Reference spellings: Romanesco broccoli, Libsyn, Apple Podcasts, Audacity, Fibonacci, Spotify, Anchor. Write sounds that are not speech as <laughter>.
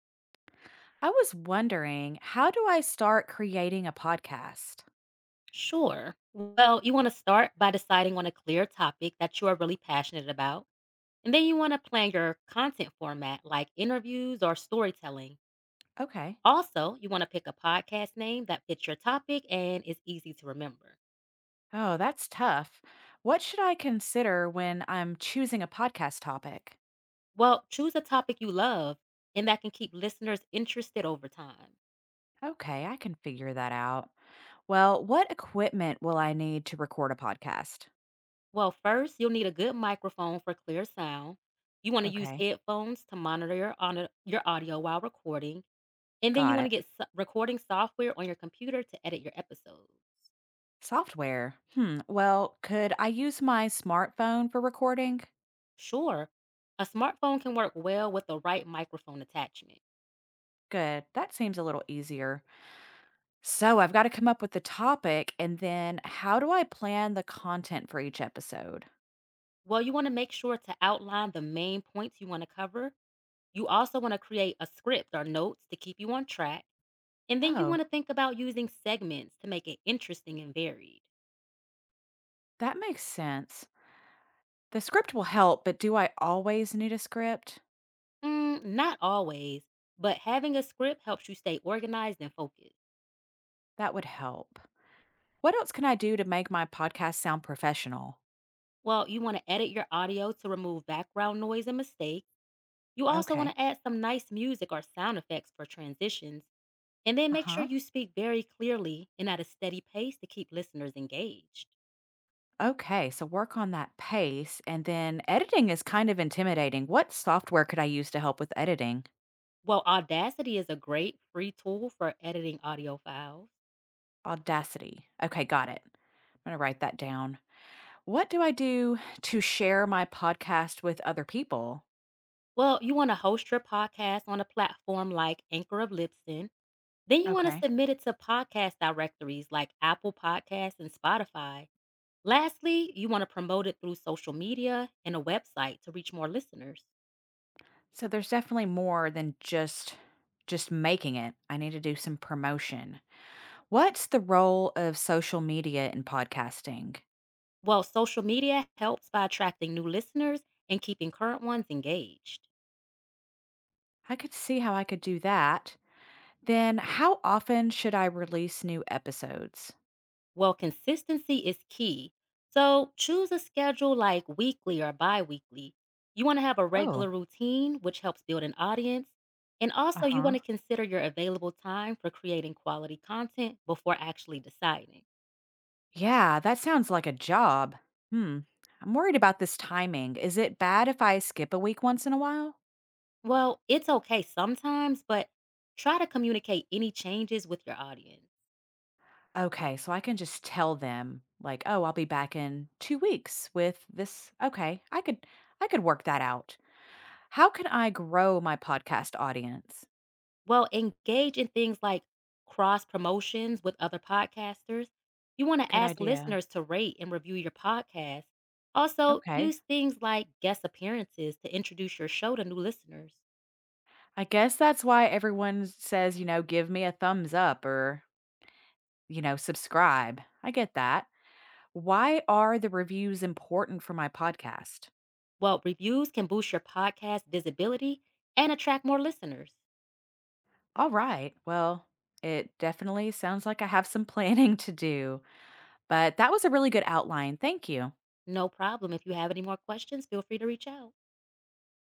I was wondering, how do I start creating a podcast? Sure. Well, you want to start by deciding on a clear topic that you are really passionate about. And then you want to plan your content format like interviews or storytelling. Okay. Also, you want to pick a podcast name that fits your topic and is easy to remember. Oh, that's tough. What should I consider when I'm choosing a podcast topic? Well, choose a topic you love and that can keep listeners interested over time. Okay, I can figure that out. Well, what equipment will I need to record a podcast? Well, first, you'll need a good microphone for clear sound. You want to use Okay, headphones to monitor your audio while recording. And then you got wanna it. get recording software on your computer to edit your episodes. Software. Hmm. Well, could I use my smartphone for recording? Sure, a smartphone can work well with the right microphone attachment. Good. That seems a little easier. So I've got to come up with the topic and then how do I plan the content for each episode? Well, you wanna make sure to outline the main points you wanna cover. You also wanna create a script or notes to keep you on track, and then you Oh, wanna think about using segments to make it interesting and varied. that makes sense. The script will help, but do I always need a script? Not always, but having a script helps you stay organized and focused. That would help. What else can I do to make my podcast sound professional? Well, you wanna edit your audio to remove background noise and mistakes. You also want Okay. to add some nice music or sound effects for transitions, and then Uh make sure huh. you speak very clearly and at a steady pace to keep listeners engaged. Okay. So work on that pace. And then editing is kind of intimidating. What software could I use to help with editing? Well, Audacity is a great free tool for editing audio files. Audacity. Okay. Got it. I'm going to write that down. What do I do to share my podcast with other people? Well, you want to host your podcast on a platform like Anchor of Libsyn. Then you want to Okay. submit it to podcast directories like Apple Podcasts and Spotify. Lastly, you want to promote it through social media and a website to reach more listeners. So there's definitely more than just making it. I need to do some promotion. What's the role of social media in podcasting? Well, social media helps by attracting new listeners and keeping current ones engaged. I could see how I could do that. Then how often should I release new episodes? Well, consistency is key. So choose a schedule like weekly or bi weekly. You want to have a Oh, regular routine, which helps build an audience. And also, you uh-huh. want to consider your available time for creating quality content before actually deciding. Yeah, that sounds like a job. Hmm. I'm worried about this timing. Is it bad if I skip a week once in a while? Well, it's okay sometimes, but try to communicate any changes with your audience. Okay, so I can just tell them like, "Oh, I'll be back in 2 weeks with this." Okay, I could work that out. How can I grow my podcast audience? Well, engage in things like cross promotions with other podcasters. You want to Good ask idea. listeners to rate and review your podcast. Also, Okay. use things like guest appearances to introduce your show to new listeners. I guess that's why everyone says, give me a thumbs up or subscribe. I get that. Why are the reviews important for my podcast? Well, reviews can boost your podcast visibility and attract more listeners. All right. Well, it definitely sounds like I have some <laughs> planning to do, but that was a really good outline. Thank you. No problem. If you have any more questions, feel free to reach out.